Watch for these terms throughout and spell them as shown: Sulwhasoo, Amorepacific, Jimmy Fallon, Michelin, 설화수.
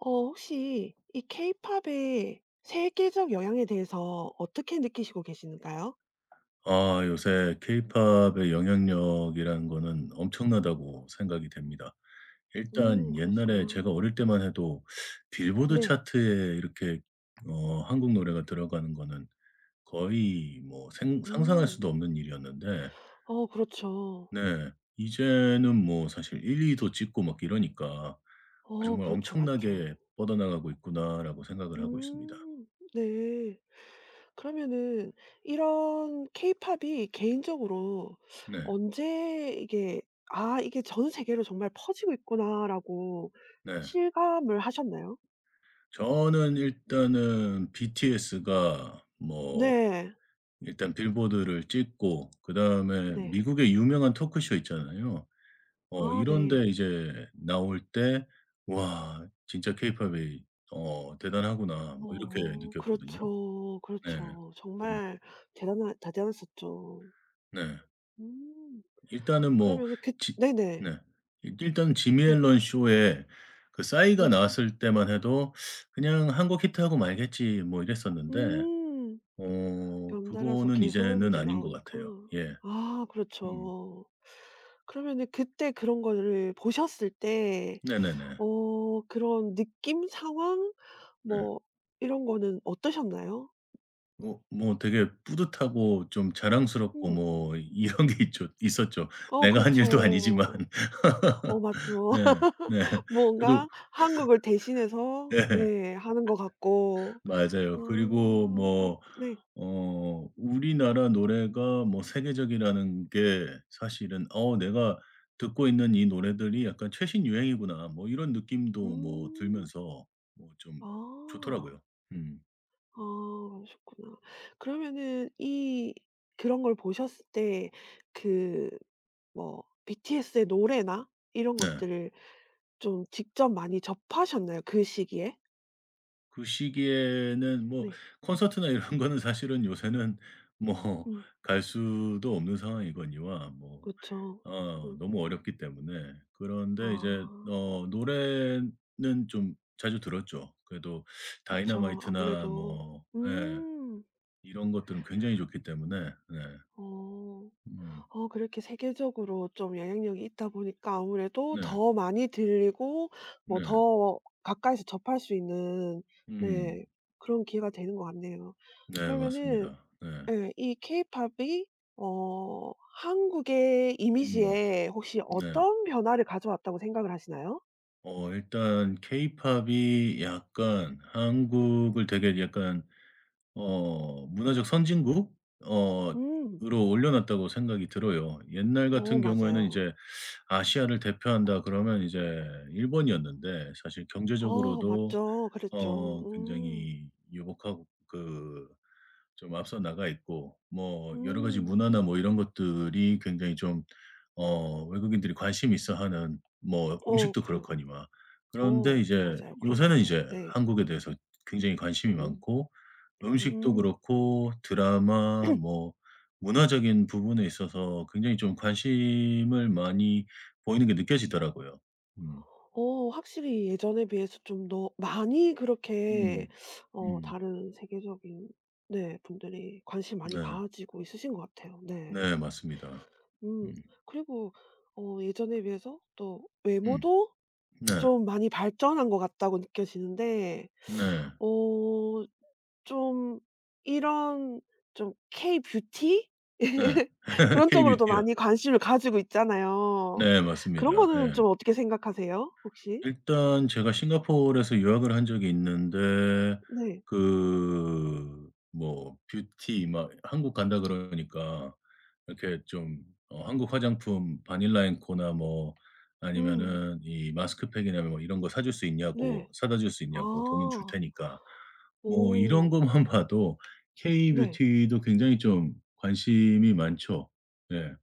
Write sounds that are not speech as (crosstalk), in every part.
혹시 이 케이팝의 세계적 영향에 대해서 어떻게 느끼시고 계시는가요? 아 요새 케이팝의 영향력이라는 거는 엄청나다고 생각이 됩니다. 음, 일단 옛날에 그러시구나. 제가 어릴 때만 해도 빌보드 네. 차트에 이렇게 한국 노래가 들어가는 거는 거의 뭐 생 상상할 음. 수도 없는 일이었는데 어, 그렇죠. 네, 이제는 뭐 사실 1-2도 찍고 막 이러니까 어, '정말 그렇죠. 엄청나게 맞죠. 뻗어나가고 네. 있구나.'라고 생각을 하고 있습니다. 음. 네. 그러면은 이런 케이팝이 개인적으로 네. 언제 이게 '아, 이게 전 세계로 정말 퍼지고 있구나.'라고 네. 실감을 하셨나요? 저는 일단은 BTS가 뭐 네. 일단 빌보드를 찍고 그다음에 네. 미국의 유명한 토크쇼 있잖아요. 아, 이런 네. 데 이제 나올 때 '와 진짜 케이팝이 대단하구나.' 뭐 이렇게 어, 느꼈거든요. 그렇죠. 네. 그렇죠. 음. 정말 대단하 대단했었죠. 네. 음. 일단은 그러뭐 면 그, 지 네네. 네. 일 일단 지미 네. 앨런 쇼에 그 싸이가 네. 나왔을 때만 해도 '그냥 한국 히트하고 말겠지.' 뭐 이랬었는데 음. 연달아서 그거는 계속 이제는 이제 아닌 것 나오니까. 같아요. 예. 아, 음. 그렇죠. 그러면은 그때 그런 거를 보셨을 때 네네네. 어, 그런 느낌, 상황, 네. 뭐 이런 거는 어떠셨나요? 뭐 되게 뿌듯하고 좀 자랑스럽고 음. 뭐 (laughs) 이런 게 있죠, 있었죠. 어, 내가 한 일도 아니지만. 그렇죠. 어, (laughs) 맞죠. 네. 네. 그래도 뭔가 한국을 대신해서 네. 네 하는 것 같고. 맞아요. 그리고 아, 뭐 네. 우리나라 노래가 뭐 세계적이라는 게 사실은 내가 듣고 있는 이 노래들이 약간 최신 유행이구나.' 뭐 이런 느낌도 뭐 음. 들면서 뭐 좀 아. 좋더라고요. 음. 아, 그러셨구나. 그러면은 이, 그런 걸 보셨을 때 그 뭐 BTS의 노래나 이런 네. 것들을 좀 직접 많이 접하셨나요? 그 시기에? 그 시기에는 뭐 네. 콘서트나 이런 (laughs) 거는 사실은 요새는 뭐 음. 갈 수도 없는 상황이거니와 뭐 그쵸. 음. 너무 어렵기 때문에, 그런데 이제 아, 노래는 좀 자주 들었죠. 그래도 그쵸. 다이너마이트나 아무래도. 뭐 예, 음. 이런 것들은 굉장히 좋기 때문에. 네. 어. 음. 어, 그렇게 세계적으로 좀 영향력이 있다 보니까 아무래도 네. 더 많이 들리고 뭐 네. 더 가까이서 접할 수 있는 음. 네, 그런 기회가 되는 것 같네요. 네 맞습니다. 그러면은 네. 예, 이 케이팝이 어, 한국의 음. 이미지에 혹시 네. 어떤 변화를 가져왔다고 생각을 하시나요? 일단 케이팝이 약간 한국을 되게 약간 문화적 선진국 어 음. 으로 올려 놨다고 생각이 들어요. 옛날 어, 같은 경우에는 맞아요. 이제 아시아를 대표한다 그러면 이제 일본이었는데, 사실 어, 경제적으로도 맞죠. 그랬죠. 음. 굉장히 유복하고, 그 좀 앞서 나가 있고 뭐 여러 가지 음. 문화나 뭐 이런 것들이 굉장히 좀 외국인들이 관심 있어 하는 뭐 어, 음식도 그, 그렇거니와. 그런데 어, 이제 맞아요. 그런 것 요새는 같아. 이제 네. 한국에 대해서 굉장히 관심이 음. 많고, 음식도 음. 그렇고 드라마 뭐 문화적인 부분에 있어서 굉장히 좀 관심을 많이 보이는 게 느껴지더라고요. 음. 어, 확실히 예전에 비해서 좀 더 많이 음. 그렇게 어, 음. 다른 세계적인 네, 분들이 관심 많이 네. 가지고 있으신 것 같아요. 네. 네 맞습니다. 음. 음. 그리고 어, 예전에 비해서 또 음. 외모도 네. 좀 많이 발전한 것 같다고 느껴지는데, 네. 어, 좀, 이런, 좀 K 뷰티 네. (laughs) (laughs) 그런 쪽으로도 K-뷰티요. 많이 관심을 가지고 있잖아요. 네 그런 맞습니다. 거는 예. 좀 어떻게 생각하세요 혹시? 일단 제가 싱가포르에서 유학을 한 적이 있는데, 네. 그 뭐 뷰티 막 한국 간다 그러니까 이렇게 좀 한국 화장품 바닐라 앵코나 뭐 음. 아니면은 이 마스크팩이나 뭐 이런 거 사줄 수 있냐고, 네. 사다 줄 수 있냐고, 돈은 줄 아. 테니까. 뭐 이런 오. 것만 (laughs) 봐도 네. K-뷰티도 굉장히 좀 관심이 많죠. 예.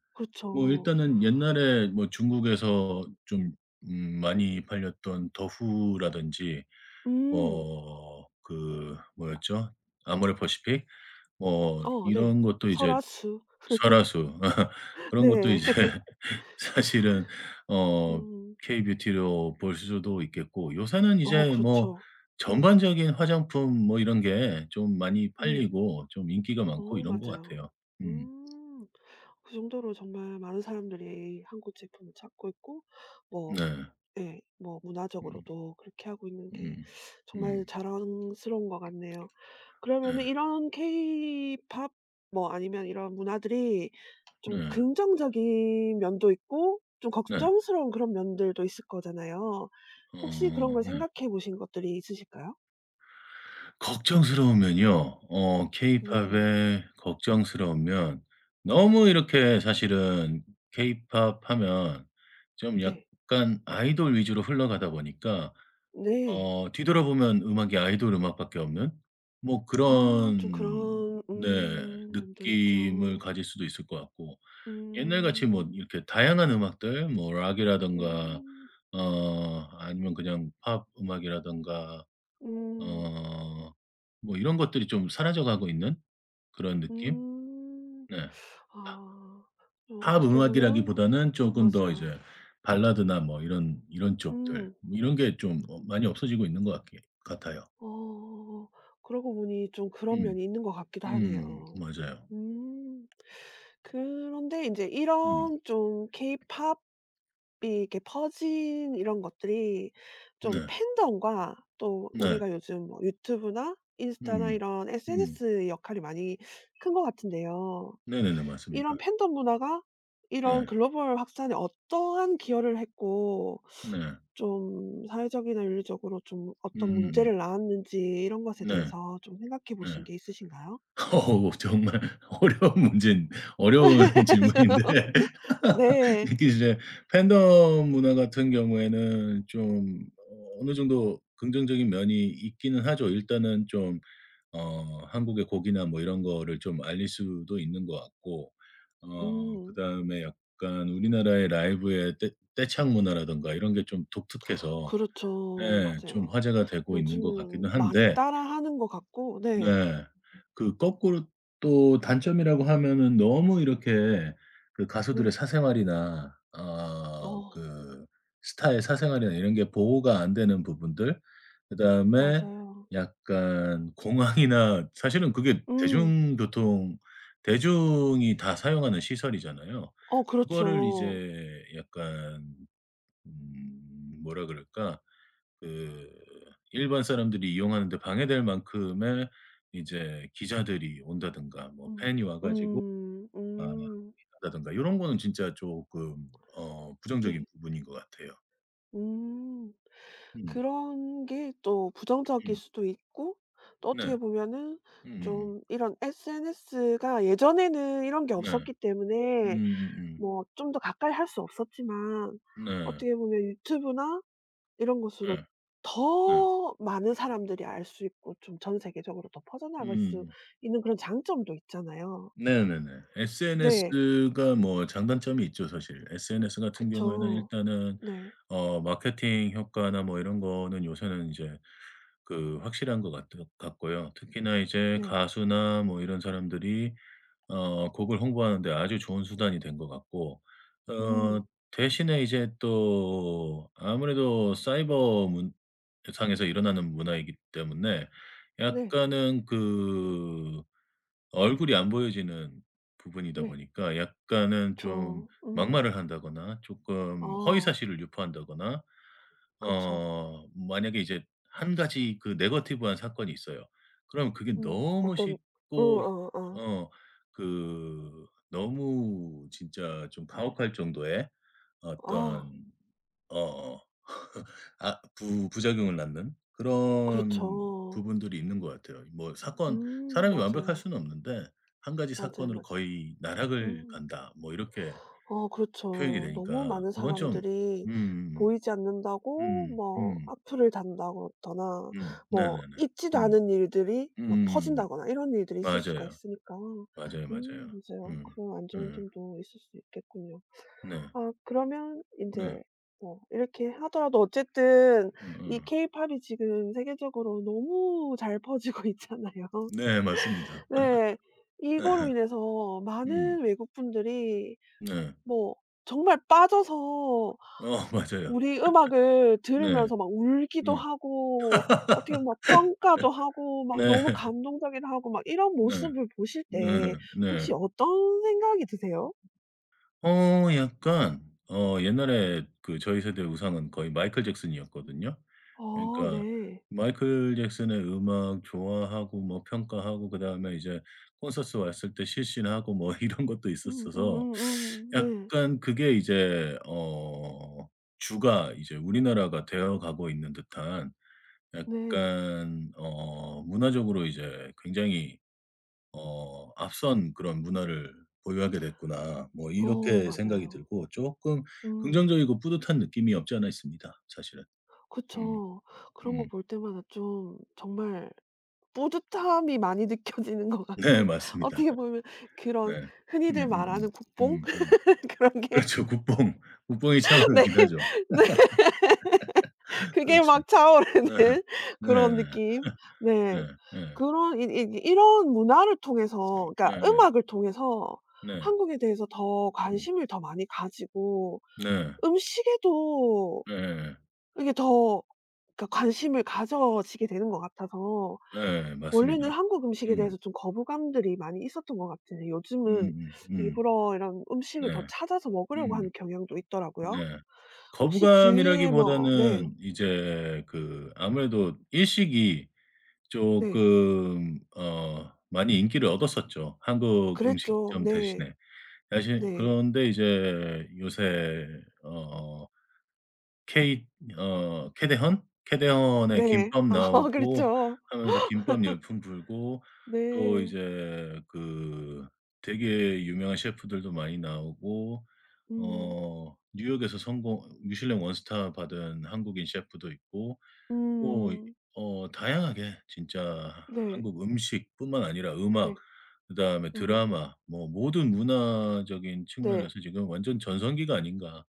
뭐 그렇죠. 일단은 옛날에 뭐 중국에서 좀 많이 팔렸던 더후라든지 음. 뭐 그 뭐였죠? 아모레퍼시픽 뭐 어, 네. 이런 것도 이제 설화수. 설화수 (laughs) (laughs) 그런 것도 네. 이제 (laughs) 사실은 어 음. K뷰티로 볼 수도 있겠고, 요새는 어, 이제 뭐 그렇죠. 음. 전반적인 화장품 뭐 이런 게 좀 많이 네. 팔리고 좀 인기가 많고 어, 이런 것 맞아요. 같아요. 음. 음. 그 정도로 정말 많은 사람들이 한국 제품을 찾고 있고, 뭐, 네. 네, 뭐 음. 문화적으로도 그렇게 하고 있는 게 음. 정말 음. 자랑스러운 것 같네요. 네. 그러면은 이런 케이팝, 뭐 아니면 이런 문화들이 좀 네. 긍정적인 면도 있고 좀 네. 걱정스러운 그런 면들도 있을 거잖아요. 혹시 그런 걸 네. 생각해 보신 것들이 있으실까요? 걱정스러우면요. 네. 케이팝에 걱정스러우면 너무 음. 이렇게 사실은 케이팝 하면 좀 네. 약간 아이돌 위주로 흘러가다 보니까 네. 뒤돌아보면 음악이 아이돌 음악밖에 없는 뭐 아, 좀 그런 그런 네, 면도 느낌을 있죠. 가질 수도 있을 것 같고, 옛날같이 뭐 음. 이렇게 다양한 음악들 뭐 락이라든가 음. 아니면 그냥 팝 음악이라든가 음. 어 이런 것들이 좀 사라져 가고 있는 그런 느낌? 음. 네. 팝 아. 좀 팝 어떻게 보면 음악이라기보다는 조금 더 맞아요. 이제 발라드나 뭐 이런 이런 쪽들 음. 뭐 이런 게 좀 많이 없어지고 있는 것 같기 같아요. 어. 그러고 보니 좀 그런 음. 면이 있는 것 같기도 음. 하네요. 맞아요. 음. 그런데 이제 음. 이런 좀 케이팝이 이렇게 퍼진 이런 것들이 좀 네. 팬덤과 또 네. 우리가 요즘 뭐 유튜브나 인스타나 음. 이런 음. SNS의 역할이 많이 큰 것 같은데요. 네네네. 맞습니다. 이런 팬덤 문화가 네. 이런 글로벌 확산에 어떠한 기여를 했고 네. 좀 사회적이나 윤리적으로 좀 어떤 음음음. 문제를 낳았는지 이런 것에 네. 대해서 좀 생각해 보신 네. 게 있으신가요? 어우 정말 (laughs) 어려운 문제인 어려운 (laughs) 질문인데, (laughs) 네. 이게 이제 팬덤 문화 같은 경우에는 좀 어느 정도 긍정적인 면이 있기는 하죠. 일단은 좀 한국의 곡이나 뭐 이런 거를 좀 알릴 수도 있는 것 같고, 음. 그다음에 약간 우리나라의 라이브의 떼 떼창 문화라든가 이런 게 좀 독특해서 그렇죠. 예, 좀 맞아요. 화제가 되고 있는 것 같기는 요즘은 많이 한데 따라하는 것 같고 네. 네, 그 거꾸로 또 단점이라고 하면은 너무 이렇게 그 가수들의 네. 사생활이나 어, 그 스타의 사생활이나 이런 게 보호가 안 되는 부분들, 그다음에 맞아요. 약간 공항이나 (laughs) 사실은 그게 음. 대중교통 대중이 다 사용하는 시설이잖아요. 어, 그거를 그렇죠. 이제 약간 음, 뭐라 그럴까? 그 일반 사람들이 이용하는 데 방해될 만큼의 이제 기자들이 온다든가 뭐 음. 팬이 와 가지고 음. 아 음. 한다든가 요런 거는 진짜 쪼끔 부정적인 네. 부분인 것 같아요. 음. 음. 그런 게 또 부정적일 음. 수도 있고 또 네. 어떻게 보면은 음음음. 좀 이런 SNS가 예전에는 이런 게 네. 없었기 때문에 음음음. 뭐 좀 더 가까이 할 수 없었지만 네. 어떻게 보면 유튜브나 이런 것으로 예. 네. 더 많은 사람들이 알 수 있고 좀 전 세계적으로 더 퍼져나갈 수 음음음. 있는 그런 장점도 있잖아요. 네네네. 네. SNS가 뭐 장단점이 있죠 사실. SNS 같은 경우에는 그쵸. 일단은 네. 마케팅 효과나 뭐 이런 거는 요새는 이제 그 확실한 것 같 같고요. 특히나 이제 네. 가수나 뭐 이런 사람들이 곡을 홍보하는 데 아주 좋은 수단이 된 것 같고, 어 음. 대신에 이제 또 아무래도 사이버 문 상에서 일어나는 문화이기 때문에 네. 약간은 그 얼굴이 안 보여지는 부분이다 네. 보니까 약간은 좀 그쵸. 음. 막말을 한다거나 조금 아. 허위사실을 유포한다거나, 그쵸. 만약에 이제 한 가지 그 네거티브한 사건이 있어요. 그럼 그게 음. 너무 어떤, 응, 쉽고 어, 어. 어 그 너무 진짜 좀 가혹할 정도의 아, 어떤 어 아 부 부작용을 낳는 그런 그렇죠. 부분들이 있는 것 같아요. 뭐 사건 음, 사람이 완벽할 맞아요. 수는 없는데 한 가지 맞아요, 사건으로 맞아요. 거의 "나락을 음. 간다." 뭐 이렇게 어, 표현이 그렇죠. 너무 되니까 많은 그건 좀. 사람들이 음음음. 보이지 음, 않는다고 뭐 악플을 단다거나 뭐 네네네. 있지도 음. 않은 일들이 막 음, 퍼진다거나 이런 일들이 있을 수가 맞아요. 있으니까 맞아요, 맞아요. 음, 맞아요. 음. 그런 안 좋은 음, 점도 있을 수 있겠군요. 네. 아, 그러면 네. 인제 뭐 이렇게 하더라도 어쨌든 이 음음. 케이팝이 지금 세계적으로 너무 잘 퍼지고 (laughs) 있잖아요. 네 맞습니다. 네. (laughs) 네, 이거로 인해서 많은 외국 분들이 네. 뭐 정말 빠져서 (laughs) 맞아요. 우리 음악을 네. 들으면서 막 울기도 네. 하고 (laughs) 어떻게 보면 막 평가도 하고 막 네. 너무 감동적이도 하고 막 이런 네. 모습을 보실 때 네. 혹시 네. 어떤 생각이 드세요? 약간 옛날에 그 저희 세대의 우상은 거의 마이클 잭슨이었거든요. 아, 그러니까 네. 마이클 잭슨의 음악 좋아하고 뭐 평가하고, 그다음에 이제 콘서트 왔을 때 실신하고 뭐 (laughs) 이런 것도 있었어서 네. 약간 그게 이제 주가 이제 우리나라가 되어 가고 있는 듯한 네. 약간 문화적으로 이제 굉장히 '앞선 그런 문화를 보유하게 됐구나.' 뭐 어, 이렇게 생각이 맞아요. 들고, 조금 음. 긍정적이고 뿌듯한 느낌이 없지 않아 있습니다 사실은. 음. 그쵸. 그런 거 음. 볼 때마다 좀 정말 뿌듯함이 많이 (laughs) 느껴지는 것 (laughs) 네 같고 (laughs) 맞습니다. 어떻게 네. 보면 그런 네. 흔히들 음음음. 음 말하는 국뽕 음. 음, 음. (laughs) 그런 게 그렇죠. 국뽕. 국뽕이 (laughs) 네. 차오르긴 하죠. 네. (laughs) 그게 그렇죠. 막 차오르는 네. (laughs) 네 그런 네. 느낌. 네. 네 네 그런 이, 이, 이런 문화를 통해서 그러니까 네 네. 음악을 통해서 네, 한국에 대해서 더 음. 관심을 더 많이 가지고 네. 음식에도 이게 더, 그러니까 관심을 가져지게 되는 것 같아서 네, 네, 네, 원래는 맞습니다. 한국 음식에 음. 대해서 좀 거부감들이 많이 있었던 것 같은데 요즘은 음음 일부러 이런 음식을 더 네. 찾아서 먹으려고 음. 하는 경향도 있더라고요. 네. 혹시 주위에 뭐, 네. 거부감이라기보다는 이제 그 아무래도 일식이 네. 조금 많이 인기를 얻었었죠, 한국 그랬죠. 음식점 네. 대신에. 사실 네. 그런데 이제 요새 어 케이 어 캐대헌? 캐대헌에 네. 김밥 아, (laughs) 나오고 그랬죠. 하면서 김밥 열풍 불고, 또 네. 이제 그 되게 유명한 셰프들도 많이 나오고, 음. 뉴욕에서 성공 미슐랭 원스타 받은 한국인 셰프도 있고 뭐 음. 다양하게 진짜 네. 한국 음식뿐만 아니라 음악, 네. 그다음에 음. 드라마 뭐 모든 문화적인 네. 측면에서 지금 완전 전성기가 아닌가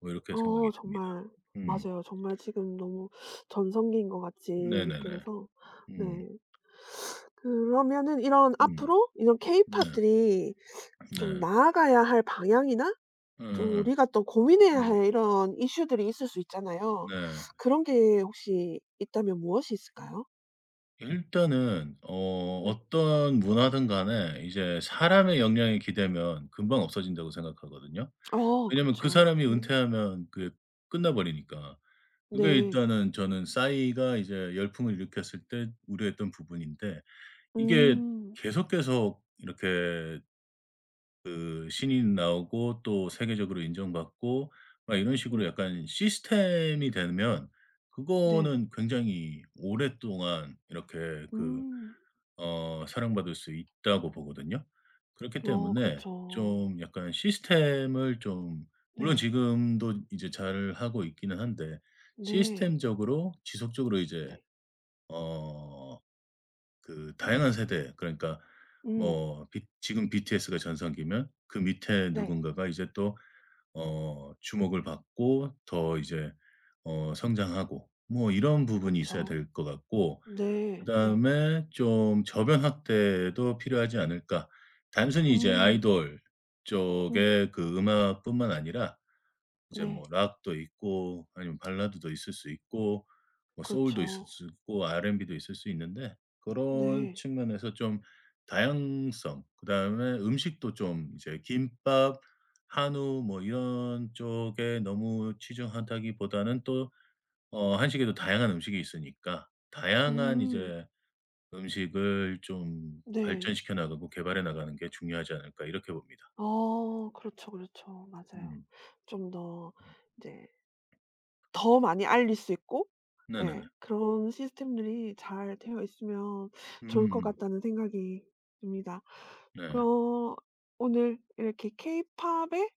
뭐 이렇게 생각이 어, 듭니다. 정말 음. 맞아요. 정말 지금 너무 전성기인 것 같이 네네네. 느껴져서 네. 음. 그러면은 이런 음. 앞으로 이런 네. 케이팝들이 좀 네. 나아가야 할 방향이나 예좀 예 우리가 또 고민해야 음. 할 이런 이슈들이 있을 수 있잖아요. 네. 그런 게 혹시 있다면 무엇이 있을까요? 일단은 네. 어떤 문화든 간에 이제 사람의 역량이 기대면 금방 없어진다고 생각하거든요. 아, 왜냐면 그 그렇죠. 사람이 음. 은퇴하면 그게 끝나 버리니까. 그게 네. 일단은 저는 싸이가 이제 열풍을 일으켰을 때 우려했던 부분인데, 이게 음. 계속해서 이렇게 그 신인 나오고 또 세계적으로 인정받고 막 이런 식으로 네. 약간 시스템이 되면 네. 그거는 굉장히 오랫동안 이렇게 그 음. 사랑받을 수 있다고 보거든요. 그렇기 어, 때문에 그렇죠. 좀 약간 시스템을 좀, 물론 네. 지금도 이제 잘하고 있기는 한데, 네. 시스템적으로 지속적으로 이제 네. 어 그 다양한 세대, 그러니까 음. 뭐 비 지금 BTS가 전성기면 그 밑에 네. 누군가가 이제 또 주목을 받고 더 이제 성장하고 뭐 이런 부분이 있어야 그렇죠. 될 것 같고, 네. 네. 그다음에 좀 '저변 확대도 필요하지 않을까.' 단순히 이제 음. 아이돌 음. 쪽의 그 음악뿐만 아니라 이제 뭐 네. 락도 있고 아니면 발라드도 있을 수 있고 뭐 소울도 있을 그렇죠. 수 있고 R&B도 있을 수 있는데, 그런 네. 측면에서 좀 다양성, 그다음에 음식도 좀 이제 김밥, 한우 뭐 이런 쪽에 너무 치중하다기보다는 또 한식에도 다양한 음식이 있으니까 다양한 음. 이제 음식을 좀 네. 발전시켜 나가고 개발해 나가는 게 중요하지 않을까 이렇게 봅니다. 어, 그렇죠, 그렇죠. 맞아요. 음. 좀 더 이제 더 많이 알릴 수 있고 네네네. 예, 그런 시스템들이 잘 되어 있으면 좋을 것 음음음. 같다는 생각이 듭니다. 네. 그, 오늘 이렇게 케이팝의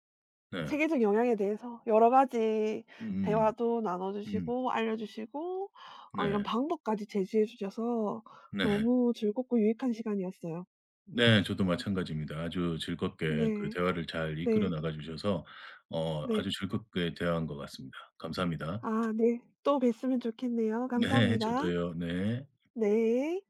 네. 세계적 영향에 대해서 여러 가지 음음. 대화도 나눠 음. 주시고 알려 주시고 어, 이런 네. 방법까지 제시해 주셔서 네. 너무 즐겁고 유익한 시간이었어요. 네. 저도 마찬가지입니다. 아주 즐겁게 그 네. 대화를 잘 이끌어 네. 나가 주셔서 네. 아주 즐겁게 대화한 것 같습니다. 감사합니다. 아, 네. 또 뵀으면 좋겠네요. 네. 감사합니다. 저도요. 네. 네.